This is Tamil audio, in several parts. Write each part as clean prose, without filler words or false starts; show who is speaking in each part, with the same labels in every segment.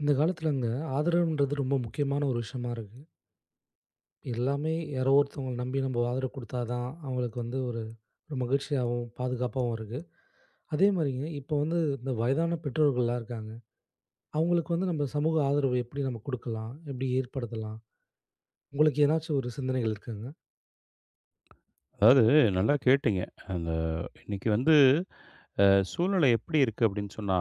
Speaker 1: இந்த காலத்துலங்க ஆதரவுன்றது ரொம்ப முக்கியமான ஒரு விஷயமா இருக்கு. எல்லாமே யாரோ ஒருத்தவங்கள நம்பி நம்ம ஆதரவு குடுத்தா தான், அவங்களுக்கு வந்து ஒரு ஒரு மகிழ்ச்சியாவும், பாதுகாப்பாவும் இருக்கு. அதே மாரிங்க இப்போ வந்து இந்த வயதான பெற்றோர்கள்லாம் இருக்காங்க. அவங்களுக்கு வந்து நம்ம சமூக ஆதரவு எப்படி நம்ம குடுக்கலாம்? எப்படி ஏற்படுத்தலாம்? உங்களுக்கு ஏதனாச்சும் ஒரு சிந்தனைகள் இருக்காங்க?
Speaker 2: அதாவது நல்லா கேட்டீங்க. அந்த இன்னைக்கு வந்து அ சூழ்நிலை எப்படி இருக்கு அப்படின்னு சொன்னா,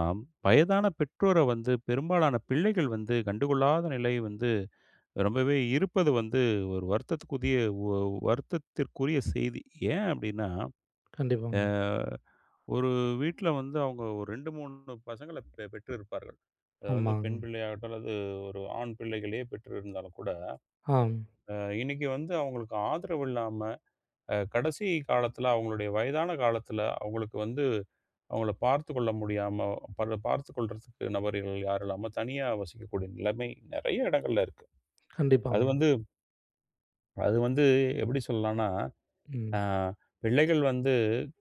Speaker 2: வயதான பெற்றோர வந்து பெரும்பாலான பிள்ளைகள் வந்து கண்டுகொள்ளாத நிலை வந்து ரொம்பவே இருப்பது வந்து ஒரு வருத்தத்துக்குரிய ஒ வருத்தத்திற்குரிய செய்தி. ஏன் அப்படின்னா,
Speaker 1: கண்டிப்பாங்க.
Speaker 2: அ ஒரு வீட்ல வந்து அவங்க ஒரு 2, 3 பசங்கள பெற்றிருப்பார்கள். அது வந்து பெண்
Speaker 1: ஆமாங்க.
Speaker 2: பிள்ளையாகட்டும் அல்லது ஒரு ஆண் பிள்ளைகளையே பெற்றிருந்தாலும் கூட,
Speaker 1: ஆம்.
Speaker 2: அ இன்னைக்கு வந்து அவங்களுக்கு ஆதரவு இல்லாம கடைசி காலத்தில அவங்களுடைய வயதான காலத்தில அவங்களுக்கு வந்து அவங்கள பார்த்துக்கொள்ள முடியாம பார்த்துக்கொள்றதுக்கு நபர்கள் யாரும் இல்லாம தனியா வசிக்கக்கூடிய நிலைமை நெறைய இடங்கள்ல இருக்கு. அது
Speaker 1: கண்டிப்பாங்க.
Speaker 2: வந்து அது வந்து எப்படி சொல்லலாம்னா, அ
Speaker 1: ம்.
Speaker 2: பிள்ளைகள் வந்து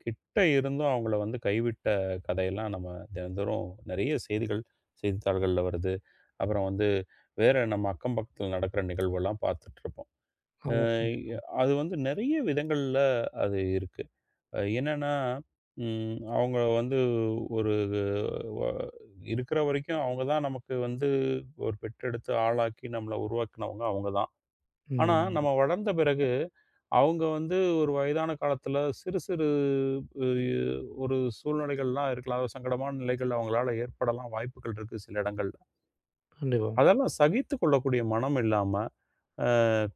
Speaker 2: கிட்ட இருந்தும் அவங்கள வந்து கைவிட்ட கதையெல்லாம் நம்ம தினந்தோறும் நெறைய செய்திகள், செய்தித்தாள்கள்ல வருது. அப்புறம் வந்து வேற நம்ம அக்கம் பக்கத்தில நடக்கிற நிகழ்வெல்லாம் பார்த்துட்டுருப்போம். அ
Speaker 1: ஆமா. கண்டிப்பா.
Speaker 2: அது வந்து நெறைய விதங்கள்ல அது இருக்கு. என்னன்னா, அவங்க வந்து ஒரு வ இருக்கிற வரைக்கும் அவங்க தான் நமக்கு வந்து ஒரு பெற்றெடுத்து ஆளாக்கி நம்மள உருவாக்கினவங்க அவங்க தான். ஆனா,
Speaker 1: ம்.
Speaker 2: நம்ம வளர்ந்த பிறகு அவங்க வந்து ஒரு வயதான காலத்தில சிறு சிறு அ ஒரு சூழ்நிலைகள்லாம் இருக்கலாம். அதாவது சங்கடமான நிலைகள் அவங்களால ஏற்படலாம் வாய்ப்புகள் இருக்கு சில இடங்கள்ல.
Speaker 1: கண்டிப்பா.
Speaker 2: அதெல்லாம் சகித்துக் கொள்ளக்கூடிய மனம் இல்லாம, அ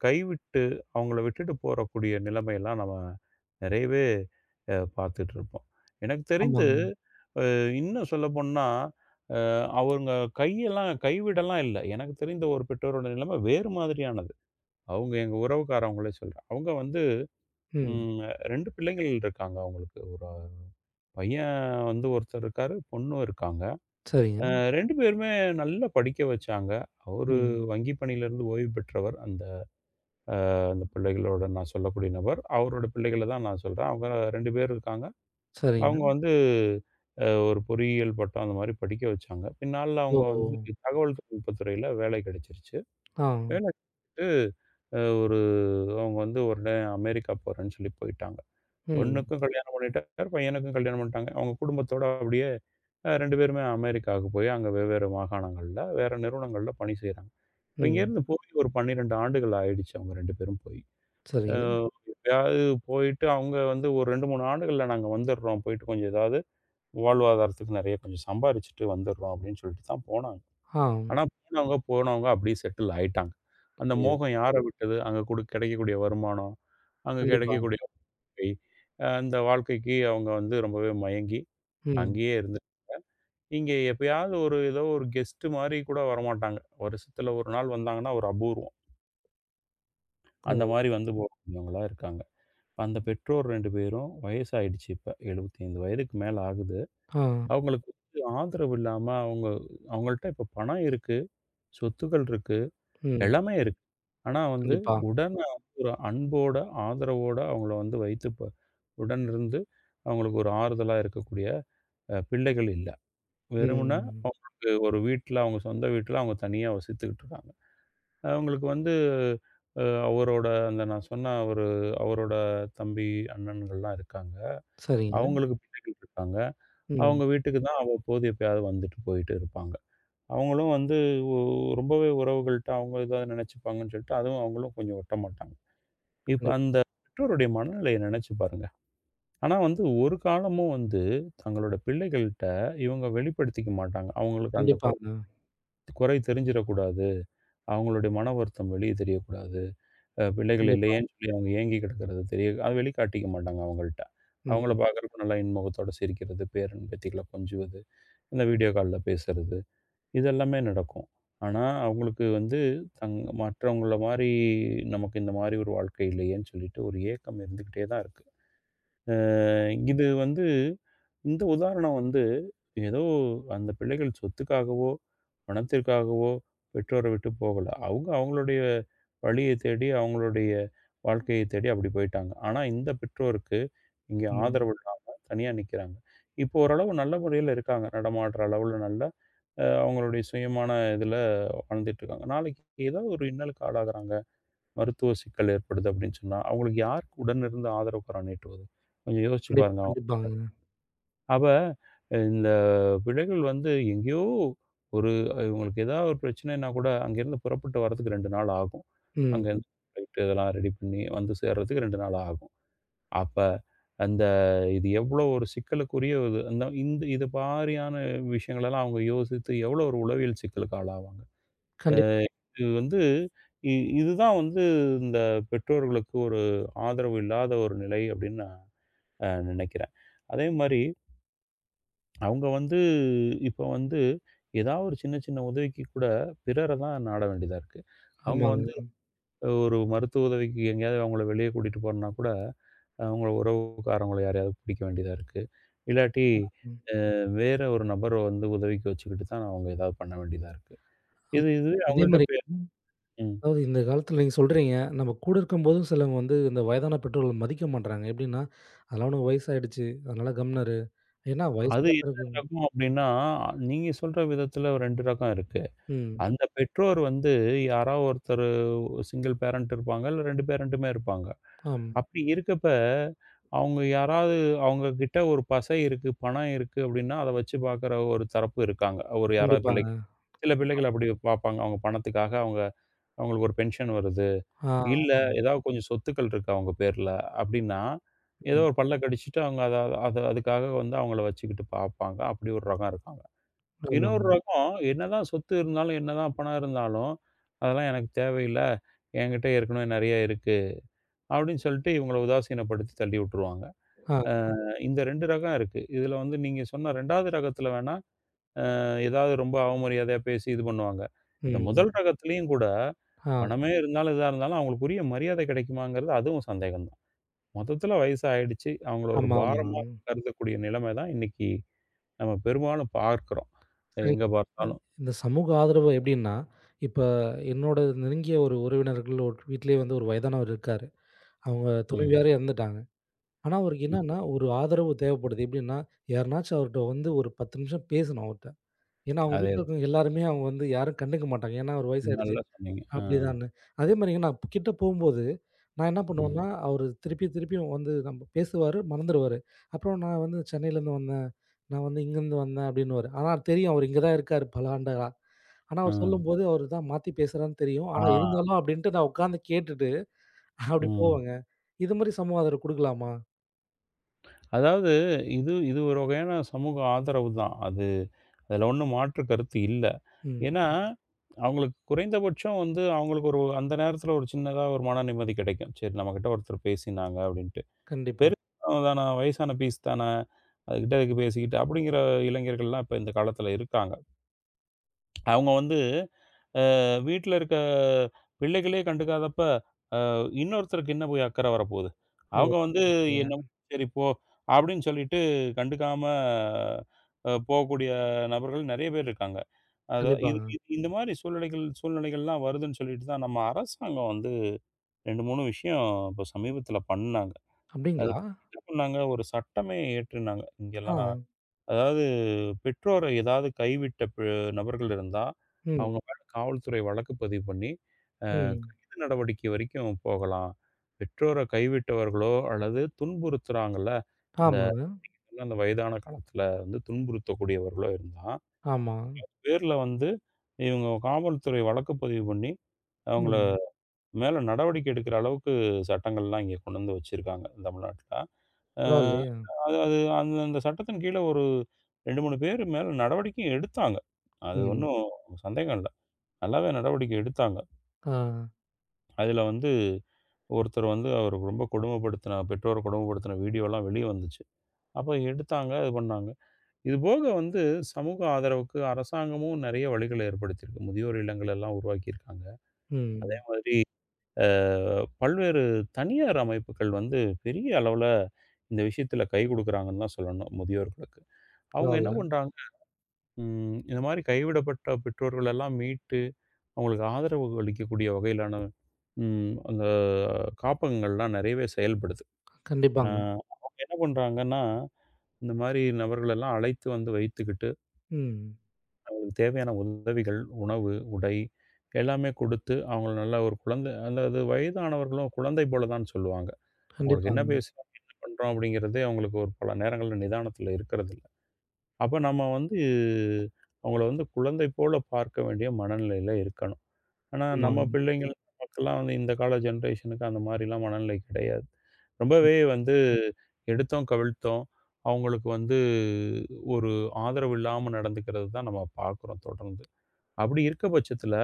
Speaker 2: கைவிட்டு அவங்கள விட்டுட்டு போறக்கூடிய நிலைமையெல்லாம் நம்ம நிறையவே பார்த்துட்டு இருப்போம். எனக்கு தெரிந்து
Speaker 1: ஆமாங்க.
Speaker 2: இன்னும் சொல்லப்போனா, அவங்க கைவிடலாம் இல்ல. எனக்கு தெரிந்த ஒரு பெற்றோரோட நிலைமை வேறு மாதிரியானது. அவங்க எங்க உறவுக்காரவங்களே சொல்றேன். அவங்க வந்து
Speaker 1: ம்.
Speaker 2: ம் 2 பிள்ளைங்கள் இருக்காங்க அவங்களுக்கு. ஒரு பையன் வந்து ஒருத்தர் இருக்காரு, பொண்ணும் இருக்காங்க. அ
Speaker 1: சரிங்க.
Speaker 2: 2 பேருமே நல்லா படிக்க வச்சாங்க. அவரு
Speaker 1: ம்.
Speaker 2: வங்கி பணியிலிருந்து ஓய்வு பெற்றவர். அந்த அந்த பிள்ளைகளோட நான் சொல்லக்கூடிய நபர். அவரோட பிள்ளைகள தான் நான் சொல்றேன். அவங்க 2 பேர் இருக்காங்க.
Speaker 1: சரிங்க.
Speaker 2: அவங்க வந்து ஒரு பொறியியல் பட்டம் அந்த மாரி படிக்க வச்சாங்க. பின்னாள்ல
Speaker 1: ஓ!
Speaker 2: அவங்க வந்து தகவல் தொழில்நுட்பத் துறையில வேலை கிடைச்சிருச்சு.
Speaker 1: ஆ.
Speaker 2: வேலை கிடைச்சிட்டு அ ஒரு அவங்க வந்து உடனே அமெரிக்கா போறேன்னு சொல்லி போயிட்டாங்க.
Speaker 1: ம்.
Speaker 2: பொண்ணுக்கும் கல்யாணம் பண்ணிட்டார், பையனுக்கும் கல்யாணம் பண்ணிட்டாங்க. அவங்க குடும்பத்தோட அப்படியே 2 பேருமே அமெரிக்காவுக்கு போய் அங்க வெவ்வேறு மாகாணங்கள்ல, வேற நிறுவனங்கள்ல பணி செய்றாங்க. இப்ப
Speaker 1: ம்.
Speaker 2: இங்கேருந்து போய் ஒரு 12 ஆண்டுகள் ஆயிடுச்சு அவங்க 2 பேரும் போய். அ
Speaker 1: சரிங்க.
Speaker 2: எப்பயாவது போயிட்டு அவங்க வந்து ஒரு 2, 3 ஆண்டுகள்ல நாங்க வந்துர்றோம். போயிட்டு கொஞ்சம் ஏதாவது வாழ்வாதாரத்துக்கு நிறைய கொஞ்சம் சம்பாரிச்சுட்டு வந்துடுறோம் அப்படின்னு சொல்லிட்டு தான் போனாங்க.
Speaker 1: ஆ.
Speaker 2: ஆனா போனவங்க, அப்படியே செட்டில் ஆயிட்டாங்க. அந்த
Speaker 1: ஐயோ!
Speaker 2: மோகம் யார விட்டது? அங்க கிடைக்கக்கூடிய வருமானம், அங்க
Speaker 1: கண்டிப்பா.
Speaker 2: கிடைக்கக்கூடிய வாழ்க்கை, அந்த வாழ்க்கைக்கு அவங்க வந்து ரொம்பவே மயங்கி,
Speaker 1: ம்.
Speaker 2: அங்கேயே இருந்து இங்க எப்பயாவது ஒரு ஏதோ ஒரு கெஸ்ட் மாரி கூட வரமாட்டாங்க. வருஷத்துல 1 நாள் வந்தாங்கன்னா ஒரு அபூர்வம்.
Speaker 1: ஓ!
Speaker 2: அந்த மாரி வந்து போறவங்களா இருக்காங்க. அந்த பெற்றோர் 2 பேரும் வயசாயிடுச்சு இப்ப. 75 வயதுக்கு மேல ஆகுது.
Speaker 1: ஆ.
Speaker 2: அவங்களுக்கு வந்து ஆதரவு இல்லாம அவங்கள்ட்ட இப்ப பணம் இருக்கு. சொத்துக்கள் இருக்கு.
Speaker 1: ம்.
Speaker 2: எல்லாமே இருக்கு. ஆனா வந்து
Speaker 1: கண்டிப்பா.
Speaker 2: உடன் ஒரு அன்போட, ஆதரவோட அவங்கள வந்து வைத்து ப உடன் இருந்து அவங்களுக்கு ஒரு ஆறுதலா இருக்கக்கூடிய பிள்ளைகள் இல்ல. வெறுமனே
Speaker 1: ம்.
Speaker 2: அவங்களுக்கு ஒரு வீட்ல, அவங்க சொந்த வீட்ல அவங்க தனியா வசித்துக்கிட்டு இருக்காங்க. அவங்களுக்கு வந்து அ அவரோட அந்த நான் சொன்ன ஒரு அவரோட தம்பி, அண்ணன்கள்லாம் இருக்காங்க.
Speaker 1: சரிங்க.
Speaker 2: அவங்களுக்கு பிள்ளைகள் இருக்காங்க.
Speaker 1: ம்.
Speaker 2: அவங்க வீட்டுக்கு தான் அவ்வப்போது எப்பயாவது வந்துட்டு போயிட்டு இருப்பாங்க. அவங்களும் வந்து ஒ ரொம்பவே உறவுகள்ட்ட அவங்க இதா நெனச்சுப்பாங்கன்னு சொல்லிட்டு, அதுவும் அவங்களும் கொஞ்சம் ஒட்ட மாட்டாங்க. இப்ப
Speaker 1: கண்டிப்
Speaker 2: அந்த பெற்றோருடைய மனநிலைய நெனச்சு பாருங்க. ஆனா வந்து ஒரு காலமும் வந்து தங்களோட பிள்ளைகள்ட்ட இவங்க வெளிப்படுத்திக்க மாட்டாங்க. அவங்களுக்கு அந்த குறை
Speaker 1: கண்டிப்பாங்க.
Speaker 2: குறை தெரிஞ்சிறக்கூடாது. அவங்களுடைய மன வருத்தம் வெளிய தெரியக்கூடாது. பிள்ளைகள்
Speaker 1: கண்டிப்பா.
Speaker 2: இல்லையேன்னு சொல்லி அவங்க ஏங்கி கிடக்கிறது தெரிய அது வெளிக்காட்டிக்க மாட்டாங்க அவங்கள்ட்ட. அவங்கள
Speaker 1: ம்.
Speaker 2: பார்க்குறப்ப நல்லா இன்முகத்தோட சிரிக்கிறது, பேரன், பேத்திகள கொஞ்சுவது, இந்த வீடியோ கால்ல பேசுறது. இது எல்லாமே நடக்கும். ஆனா, அவங்களுக்கு வந்து மற்றவங்கள மாரி நமக்கு இந்த மாரி ஒரு வாழ்க்கை இல்லையேன்னு சொல்லிட்டு ஒரு ஏக்கம் இருந்துகிட்டே தான் இருக்கு. அ இது வந்து இந்த உதாரணம் வந்து ஏதோ அந்த பிள்ளைகள் சொத்துக்காகவோ, பணத்திற்காகவோ பெற்றோர விட்டு போகல. அவங்க அவங்களுடைய வழிய தேடி, அவங்களுடைய வாழ்க்கைய தேடி அப்படி போயிட்டாங்க. ஆனா, இந்த பெற்றோருக்கு இங்கே
Speaker 1: ம்.
Speaker 2: ஆதரவு இல்லாம தனியா நிக்கிறாங்க. இப்போ ஓரளவு நல்ல முறையில இருக்காங்க. நடமாடுற அளவுல நல்லா அவங்களுடைய சுயமான இதுல வாழ்ந்துட்டுருக்காங்க. நாளைக்கு ஏதாவது ஒரு இன்னலுக்கு ஆளாகுறாங்க, மருத்துவ சிக்கல் ஏற்படுது அப்படின்னு சொன்னா, அவங்களுக்கு யாருக்கு உடன் இருந்து ஆதரவுக்கரம் நீட்டுவது? கொஞ்சம் யோசிச்சு
Speaker 1: கண்டிப்
Speaker 2: பாருங்க. அவங்க
Speaker 1: கண்டிப்பாங்க.
Speaker 2: அப்ப இந்த பிள்ளைகள் வந்து எங்கேயோ ஒரு இவங்களுக்கு ஏதாவது ஒரு பிரச்சனைன்னா கூட அங்கேருந்து புறப்பட்டு வர்றதுக்கு 2 நாள் ஆகும்.
Speaker 1: ம்.
Speaker 2: அங்கேருந்து ஃப்ளைட் இதெல்லாம் ரெடி பண்ணி வந்து சேர்றதுக்கு 2 நாள் ஆகும். அப்ப அந்த இது எவ்வளோ ஒரு சிக்கலுக்குரிய இது அந்த இந்த இது மாரியான விஷயங்களெல்லாம் அவங்க யோசித்து எவ்வளோ ஒரு உளவியல் சிக்கலுக்கு ஆளாவாங்க. அ
Speaker 1: கண்டிப்
Speaker 2: இது வந்து இ இதுதான் வந்து இந்த பெற்றோர்களுக்கு ஒரு ஆதரவு இல்லாத ஒரு நிலை அப்படின்னு நான் நினைக்கிறேன். அதே மாரி அவங்க வந்து இப்போ வந்து ஏதாவது ஒரு சின்ன சின்ன உதவிக்கு கூட பிறர தான் நாட வேண்டியதா இருக்கு. அவங்க
Speaker 1: ஆமாங்க.
Speaker 2: வந்து ஒரு மருத்துவ உதவிக்கு எங்கேயாவது அவங்கள வெளியே கூட்டிட்டு போறனா கூட அவங்க உறவுக்காரவங்கள யாரையாவது பிடிக்க வேண்டியதா இருக்கு. இல்லாட்டி
Speaker 1: ம்.
Speaker 2: அ வேற ஒரு நபர வந்து உதவிக்கு வச்சுக்கிட்டு தான் அவங்க ஏதாவது பண்ண வேண்டியதா இருக்கு.
Speaker 1: அப்
Speaker 2: இதுவே
Speaker 1: இதே
Speaker 2: அவங்கள்ட்ட
Speaker 1: மாரி
Speaker 2: பே ம்.
Speaker 1: அதாவது இந்த காலத்துல நீங்க சொல்றீங்க, நம்ம கூட இருக்கும்போதும் சிலவங்க வந்து இந்த வயதான பெற்றோர்கள் மதிக்க மாட்றாங்க. எப்படின்னா, அதெல்லாம் உனக்கு வயசாயிடுச்சு. அதனால கம்முனாரு. ஏன்னா
Speaker 2: அது
Speaker 1: வயசான
Speaker 2: என்ன
Speaker 1: பிறகு
Speaker 2: ரகம் அப்டின்னா, நீங்க சொல்ற விதத்துல 2 ரகம் இருக்கு.
Speaker 1: ம்.
Speaker 2: அந்த பெற்றோர் வந்து யாரோ ஒருத்தரு சிங்கிள் பேரண்ட் இருப்பாங்க. இல்ல 2 பேரண்ட்டுமே இருப்பாங்க.
Speaker 1: ஆம்.
Speaker 2: அப்படி இருக்கப்ப, அவங்க யாராவது அவங்க கிட்ட ஒரு பசை இருக்கு, பணம் இருக்கு அப்படின்னா, அத வச்சு பார்க்குற ஒரு தரப்பு இருக்காங்க. ஒரு யாராவது
Speaker 1: கண்டிப்பாங்க.
Speaker 2: பிள்ளைகள். சில
Speaker 1: கண்டிப்பா.
Speaker 2: பிள்ளைகள் அப்படி பார்ப்பாங்க. அவங்க பணத்துக்காக அவங்க அவங்களுக்கு ஒரு பென்ஷன் வருது.
Speaker 1: ஆ.
Speaker 2: இல்ல
Speaker 1: ம்.
Speaker 2: ஏதாவது கொஞ்சம் சொத்துக்கள் இருக்கு அவங்க பேர்ல அப்படின்னா, ஏதோ
Speaker 1: ம்.
Speaker 2: ஒரு பல்ல கடிச்சுட்டு அவங்க அத அத அதுக்காக வந்து அவங்கள வச்சுக்கிட்டு பார்ப்பாங்க. அப்படி ஒரு ரகம் இருக்காங்க. இன்னொரு
Speaker 1: ஆமாங்க.
Speaker 2: ரகம், என்னதான் சொத்து இருந்தாலும், என்னதான் பணம் இருந்தாலும், அதெல்லாம் எனக்கு தேவையில்ல. என்கிட்ட ஏற்கனவே நெறைய இருக்கு. அப்படின்னு சொல்லிட்டு இவங்கள உதாசீனப்படுத்தி தள்ளி விட்டுருவாங்க. அ
Speaker 1: ஆ.
Speaker 2: இந்த 2 ரகம் இருக்கு. இதுல வந்து நீங்க சொன்ன 2வது ரகத்துல வேணா, ஏதாவது ரொம்ப அவமரியாதையா பேசி இது பண்ணுவாங்க. இந்த முதல்
Speaker 1: ம்.
Speaker 2: ரகத்துலயும் கூட,
Speaker 1: ஆ,
Speaker 2: பணமே இருந்தாலும், இதா இருந்தாலும் அவங்களுக்கு உரிய மரியாதை கிடைக்குமாங்கிறது அதுவும் சந்தேகம் தான். மொத்தத்துல வயசு ஆயிடுச்சு. அவங்கள ஒரு
Speaker 1: ஆமா, ஆமா.
Speaker 2: பாரமா கருதக்கூடிய நிலைமை தான் இன்னைக்கு நம்ம பெரும்பாலும் பார்க்கிறோம்.
Speaker 1: சரி.
Speaker 2: எங்க பார்த்தாலும்.
Speaker 1: இந்த சமூக ஆதரவு எப்படின்னா, இப்ப என்னோட நெருங்கிய ஒரு உறவினர்கள் ஒரு வீட்லயே வந்து ஒரு வயதானவர் இருக்காரு. அவங்க
Speaker 2: ம்.
Speaker 1: துணைவியாரே இறந்துட்டாங்க. ஆனா, அவருக்கு
Speaker 2: ம்.
Speaker 1: என்னன்னா, ஒரு ஆதரவு தேவைப்படுது. எப்படின்னா, யாருனாச்சும் அவர்ட்ட வந்து ஒரு 10 நிமிஷம் பேசணும் அவர்ட்ட. ஏன்னா, அவங்க
Speaker 2: அதே
Speaker 1: வீட்ல இருக்கிறவங்க எல்லாருமே அவங்க வந்து யாரும் கண்டுக்க மாட்டாங்க. ஏன்னா, அவரு வயசாயிடுச்சு.
Speaker 2: நல்லா சொன்னீங்க. ஆ,
Speaker 1: அப்டிதாங்க. அதே மாரிங்க நான் கிட்ட போம்போது, நான் என்ன
Speaker 2: ம்.
Speaker 1: பண்ணுவேன்னா, அவரு திருப்பி திருப்பியும் வந்து நம்ம பேசுவாரு, மறந்துருவாரு. அப்புறம் நான் வந்து சென்னையிலேருந்து வந்தேன், நான் வந்து இங்கேருந்து வந்தேன் அப்டின்னுவாரு. ஆனா தெரியும் அவரு இங்க தான் இருக்காரு பல ஆண்டுகளா. ஆனா
Speaker 2: ஆ.
Speaker 1: அவரு ம். சொல்லும்போது அவரு தான் மாத்தி பேசுறான்னு தெரியும்.
Speaker 2: ஆ.
Speaker 1: ஆனா இருந்தாலும் அப்டின்ட்டு நான் உட்கார்ந்து கேட்டுட்டு அப்டி
Speaker 2: ம்.
Speaker 1: போவேங்க. இது மாரி சமூக ஆதரவு குடுக்கலாமா?
Speaker 2: அதாவது இது இது ஒரு வகையான சமூக ஆதரவு தான். அதில ஒண்ணும் மாற்று கருத்து இல்ல.
Speaker 1: ம்.
Speaker 2: ஏன்னா, அவங்களுக்கு குறைந்தபட்சம் வந்து அவங்களுக்கு ஒரு அந்த நேரத்தில ஒரு சின்னதா ஒரு மன நிம்மதி கிடைக்கும். சரி நம்மகிட்ட ஒருத்தர் பேசினாங்க அப்படின்ட்டு.
Speaker 1: கண்டிப்பா.
Speaker 2: பெருசு தான வயசான பீஸ் தானே. அதுகிட்ட எதுக்கு பேசிக்கிட்டு அப்படிங்கிற இளைஞர்கள்லாம் இப்ப இந்த காலத்தில இருக்காங்க. அவங்க வந்து வீட்ல இருக்க பிள்ளைகளே கண்டுக்காதப்ப இன்னொருத்தருக்கு என்ன போய் அக்கறை வரப்போகுது?
Speaker 1: ஓ!
Speaker 2: அவங்க வந்து
Speaker 1: அப்டியா?
Speaker 2: என்னமோ சரி போ! அப்டின்னு சொல்லிட்டு கண்டுக்காம போகக்கூடிய நபர்கள் நெறைய பேர் இருக்காங்க. அத இது
Speaker 1: கண்டிப்பாங்க.
Speaker 2: இது இந்த மாரி சூழ்நிலைகள்லாம் வருதுன்னு சொல்லிட்டு தான் நம்ம அரசாங்கம் வந்து 2, 3 விஷயம் இப்ப சமீபத்தில பண்ணாங்க.
Speaker 1: அப்டிங்களா?
Speaker 2: அதுக்கு என்ன பண்ணாங்க ஒரு சட்டமே இயற்றினாங்க.
Speaker 1: ஆ.
Speaker 2: இங்கெல்லாம் அதாவது பெற்றோர ஏதாவது கைவிட்ட நபர்கள் இருந்தா,
Speaker 1: ம்.
Speaker 2: அவங்க மேல காவல்துறை வழக்கு பதிவு பண்ணி
Speaker 1: ம்.
Speaker 2: சட்ட நடவடிக்கை வரைக்கும் போகலாம். பெற்றோர கைவிட்டவர்களோ, அல்லது துன்புறுத்துறாங்கல்ல. இந்த
Speaker 1: ஆமாங்க.
Speaker 2: அந்த வயதான காலத்தில வந்து துன்புறுத்தக்கூடியவர்களோ இருந்தா,
Speaker 1: ஆமா.
Speaker 2: பேர்ல வந்து இவங்க காவல்துறை வழக்கு பதிவு பண்ணி, அவங்கள
Speaker 1: ம்.
Speaker 2: மேல நடவடிக்கை எடுக்கிற அளவுக்கு சட்டங்கள்லாம் இங்க கொண்டு வந்து வச்சிருக்காங்க, தமிழ்நாட்ல. அ
Speaker 1: பரவாயில்லையே!
Speaker 2: அது அது அந்த அந்த சட்டத்தின் கீழ ஒரு 2, 3 பேர் மேல நடவடிக்கையும் எடுத்தாங்க. அது
Speaker 1: ம்.
Speaker 2: ஒண்ணும் சந்தேகம் இல்ல. நல்லாவே நடவடிக்கை எடுத்தாங்க.
Speaker 1: ஆ.
Speaker 2: அதுல வந்து ஒருத்தர் வந்து அவர ரொம்ப பெற்றோர கொடுமைப்படுத்தின வீடியோலாம் வெளிய வந்துச்சு. அப்ப எடுத்தாங்க, அது பண்ணாங்க. இது போக வந்து சமூக ஆதரவுக்கு அரசாங்கமும் நெறைய வழிகள ஏற்படுத்தியிருக்கு. முதியோர் இல்லங்கள் எல்லாம் உருவாக்கியிருக்காங்க. அது
Speaker 1: ம்.
Speaker 2: மாதிரி அ பல்வேறு தனியார் அமைப்புகள் வந்து பெரிய அளவுல இந்த விஷயத்தில கை குடுக்குறாங்கன்னு தான் சொல்லணும் முதியோர்களுக்கு. அவங்க என்ன
Speaker 1: பரவால்ல.
Speaker 2: பண்றாங்க, இந்த மாரி கைவிடப்பட்ட பெற்றோர்கள் எல்லாம் மீட்டு, அவங்களுக்கு ஆதரவு அளிக்கக்கூடிய வகையிலான அந்த காப்பகங்கள்லாம் நெறையவே செயல்படுது. அ
Speaker 1: கண்டிப்பாங்க.
Speaker 2: அவங்க என்ன பண்றாங்கன்னா, இந்த மாரி நபர்களெல்லாம் அழைத்து வந்து வைத்துக்கிட்டு,
Speaker 1: ம்.
Speaker 2: அவங்களுக்கு தேவையான உதவிகள், உணவு, உடை எல்லாமே குடுத்து, அவங்கள நல்ல ஒரு குழந்தை அதாவது வயதானவர்களும் குழந்தை போல தான் சொல்லுவாங்க. அவங்களுக்கு என்ன
Speaker 1: கண்டிப்பாங்க.
Speaker 2: பேசுறோம், என்ன பண்றோம் அப்படிங்கிறதே அவங்களுக்கு ஒரு பல நேரங்கள்ல நிதானத்துல இருக்கறதில்ல. அப்ப நம்ம வந்து அவங்கள வந்து குழந்தை போல பார்க்க வேண்டிய மனநிலையில இருக்கணும். ஆனா, நம்ம
Speaker 1: ஆமாங்க.
Speaker 2: பிள்ளைங்கள், நமக்கெல்லாம் வந்து இந்த கால ஜெனரேஷனுக்கு அந்த மாரிலாம் மனநிலை கிடையாது. ரொம்பவே வந்து எடுத்தோம், கவிழ்த்தோம். அவங்களுக்கு வந்து ஒரு ஆதரவு இல்லாம நடந்துக்கிறது தான் நம்ம பார்க்குறோம் தொடர்ந்து. அப்படி இருக்க பட்சத்தில,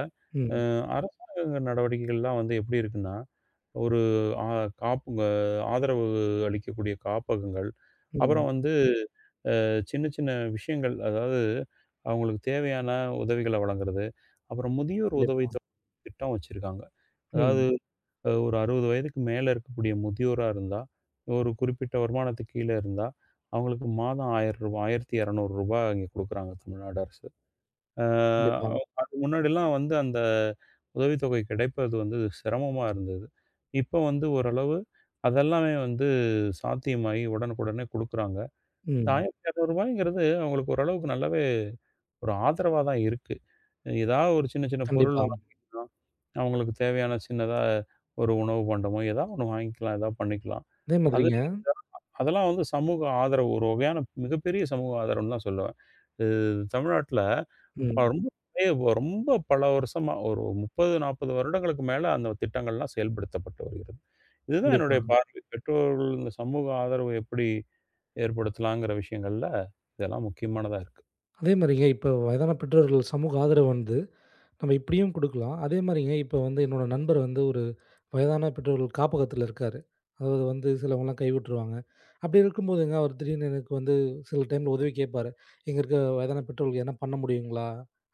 Speaker 2: அ
Speaker 1: ம்.
Speaker 2: அரசாங்க நடவடிக்கைகள்லாம் வந்து எப்படி இருக்குன்னா, ஒரு ஆ காப்பு ஆதரவு அளிக்கக்கூடிய காப்பகங்கள், அப்புறம்
Speaker 1: ம்.
Speaker 2: வந்து சின்ன சின்ன விஷயங்கள் அதாவது அவங்களுக்கு தேவையான உதவிகளை வழங்குறது. அப்புறம் முதியோர் உதவி
Speaker 1: கண்டிப்பா.
Speaker 2: திட்டம் வச்சிருக்காங்க. அதாவது
Speaker 1: ம்.
Speaker 2: ஒரு 60 வயதுக்கு மேல இருக்கக்கூடிய முதியோரா இருந்தா, ஒரு குறிப்பிட்ட வருமானத்துக்கு கீழ இருந்தா, அவங்களுக்கு மாதம் ரூ. 1,000 ரூ. 1200 இங்க குடுக்குறாங்க தமிழ்நாடு அரசு.
Speaker 1: கண்டிப்பா.
Speaker 2: அ அதுக்கு முன்னாடிலாம் வந்து அந்த உதவித்தொகை கிடைப்பது வந்து சிரமமா இருந்தது. இப்ப வந்து ஓரளவு அதெல்லாமே வந்து சாத்தியமாகி உடனுக்குடனே குடுக்குறாங்க. இந்த
Speaker 1: ம்.
Speaker 2: ரூ. 1200ங்கிறது அவங்களுக்கு ஓரளவுக்கு நல்லாவே ஒரு ஆதரவா தான் இருக்கு. ஏதாவது ஒரு சின்ன சின்ன பொருள்
Speaker 1: கண்டிப்பா.
Speaker 2: வாங்கிக்கலாம். அவங்களுக்கு தேவையான சின்னதா ஒரு உணவு பண்டமோ, ஏதாவது ஒண்ணு வாங்கிக்கலாம். ஏதாவது பண்ணிக்கலாம்.
Speaker 1: அதே
Speaker 2: அது
Speaker 1: மாதிரிங்க
Speaker 2: அதெல்லாம் வந்து சமூக ஆதரவு ஒரு வகையான மிகப்பெரிய சமூக ஆதரவுன்னு தான் சொல்லுவேன். இது தமிழ்நாட்ல இப்ப
Speaker 1: ம்.
Speaker 2: ரொம்ப பெரிய- ரொம்ப பல வருஷமா ஒரு 30, 40 வருடங்களுக்கு மேல அந்த திட்டங்கள்லாம் செயல்படுத்தப்பட்டு வருகிறது. இதுதான்
Speaker 1: கண்டிப்பா.
Speaker 2: என்னுடைய பார்வை. பெற்றோர்கள் இந்த சமூக ஆதரவு எப்படி ஏற்படுத்தலாங்கிற விஷயங்கள்ல இதெல்லாம் முக்கியமானதா இருக்கு.
Speaker 1: அதே மாரிங்க இப்ப வயதான பெற்றோர்கள் சமூக ஆதரவு வந்து நம்ம இப்படியும் குடுக்கலாம். அதே மாரிங்க, இப்ப வந்து என்னோட நண்பர் வந்து ஒரு வயதான பெற்றோர்கள் காப்பகத்துல இருக்காரு. அதாவது வந்து சிலவங்கலாம் கைவிட்டுருவாங்க. அப்படி இருக்கும்போதுங்க, அவர் திடீர்னு எனக்கு வந்து சில டைம்ல உதவி கேட்பாரு. "இங்க இருக்க வயதான பெற்றோர்களுக்கு எதனா பண்ண முடியுங்களா?"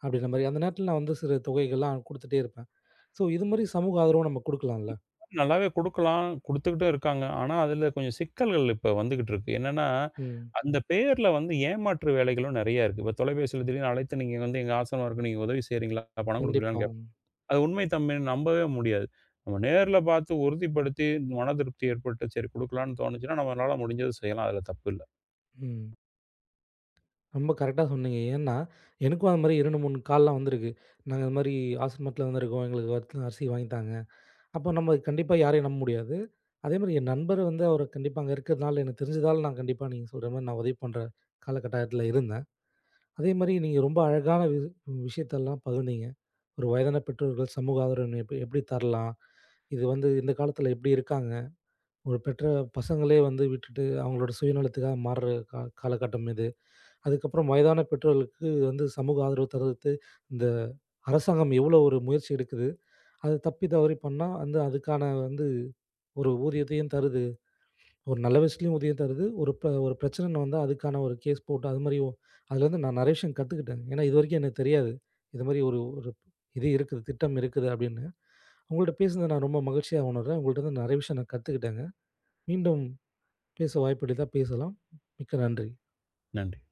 Speaker 1: அப்படின்ற மாரி. அந்த நேரத்துல நான் வந்து சிறு தொகைகள்லாம் குடுத்துட்டே இருப்பேன். ஸோ, இது மாரி சமூக ஆதரவு நம்ம குடுக்கலாம்ல.
Speaker 2: நல்லாவே குடுக்கலாம். குடுத்துக்கிட்டும் இருக்காங்க. ஆனா, அதுல கொஞ்சம் சிக்கல்கள் இப்ப வந்துகிட்டு இருக்கு. என்னன்னா
Speaker 1: ம்.
Speaker 2: அந்த பெயர்ல வந்து ஏமாற்று வேலைகளும் நெறைய இருக்கு. இப்ப தொலைபேசியில திடீர்னு அழைத்து நீங்க வந்து எங்க ஆசனவருக்கு நீங்க உதவி செய்றீங்களா? பணம் குடுக்குறீங்களான்னு
Speaker 1: கண்டிப்பா.
Speaker 2: கேப் அது உண்மை தன்மைன்னு நம்பவே முடியாது. நம்ம நேர்ல பார்த்து உறுதிப்படுத்தி மன திருப்தி ஏற்பட்டு சரி குடுக்கலான்னு தோணுச்சுன்னா, நம்மளால முடிஞ்சத செய்யலாம். அதுல தப்பு இல்ல.
Speaker 1: ம். ரொம்ப கரெக்ட்டா சொன்னீங்க. ஏன்னா, எனக்கும் அது மாரி 2, 3 கால்லாம் வந்திருக்கு. நாங்க இது மாரி ஆசிரமத்துல வந்திருக்கோம். எங்களுக்கு அரிசி வாங்கி தாங்க. அப்போ நம்ம கண்டிப்பா யாரையும் நம்ப முடியாது. அதேமாரி என் நண்பர் வந்து அவரு கண்டிப்பா அங்க இருக்கிறதுனால, எனக்கு தெரிஞ்சதால நான் கண்டிப்பா நீங்க சொல்ற மாரி நான் உதவி பண்ற காலகட்டாயத்துல இருந்தேன். அதேமாரி நீங்க ரொம்ப அழகான விஷயத்தெல்லாம் பகிர்ந்தீங்க. ஒரு வயதான பெற்றோர்கள் சமூக ஆதரவு எப்படி தரலாம்? இது வந்து இந்த காலத்துல எப்படி இருக்காங்க? ஒரு பெற்ற பசங்களே வந்து விட்டுட்டு அவங்களோட சுயநலத்துக்காக மாறுற காலகட்டம் இது. அதுக்கப்புறம் வயதான பெற்றோர்களுக்கு வந்து சமூக ஆதரவு தர்றதுக்கு இந்த அரசாங்கம் எவ்வளோ ஒரு முயற்சி எடுக்குது. அது தப்பி தவறி பண்ணா வந்து அதுக்கான வந்து ஒரு ஊதியத்தையும் தருது. ஒரு நல்ல விஷயத்துலயும் ஊதியம் தருது. ஒரு பிரச்சனைன்னு வந்தா அதுக்கான ஒரு கேஸ் போட்டு அது மாரி அதுலேருந்து நான் நெறைய விஷயம் கத்துக்கிட்டேன். ஏன்னா இதுவரைக்கும் எனக்கு தெரியாது. இது மாரி ஒரு ஒரு இது இருக்குது, திட்டம் இருக்குது அப்படின்னு. உங்கள்ட்ட பேசினத நான் ரொம்ப மகிழ்ச்சியா உணர்றேன். உங்கள்ட்ட இருந்து நிறைய விஷயம் நான் கத்துக்கிட்டேங்க. மீண்டும் பேச வாய்ப்பு கிடைத்தா பேசலாம். மிக்க நன்றி.
Speaker 2: நன்றி.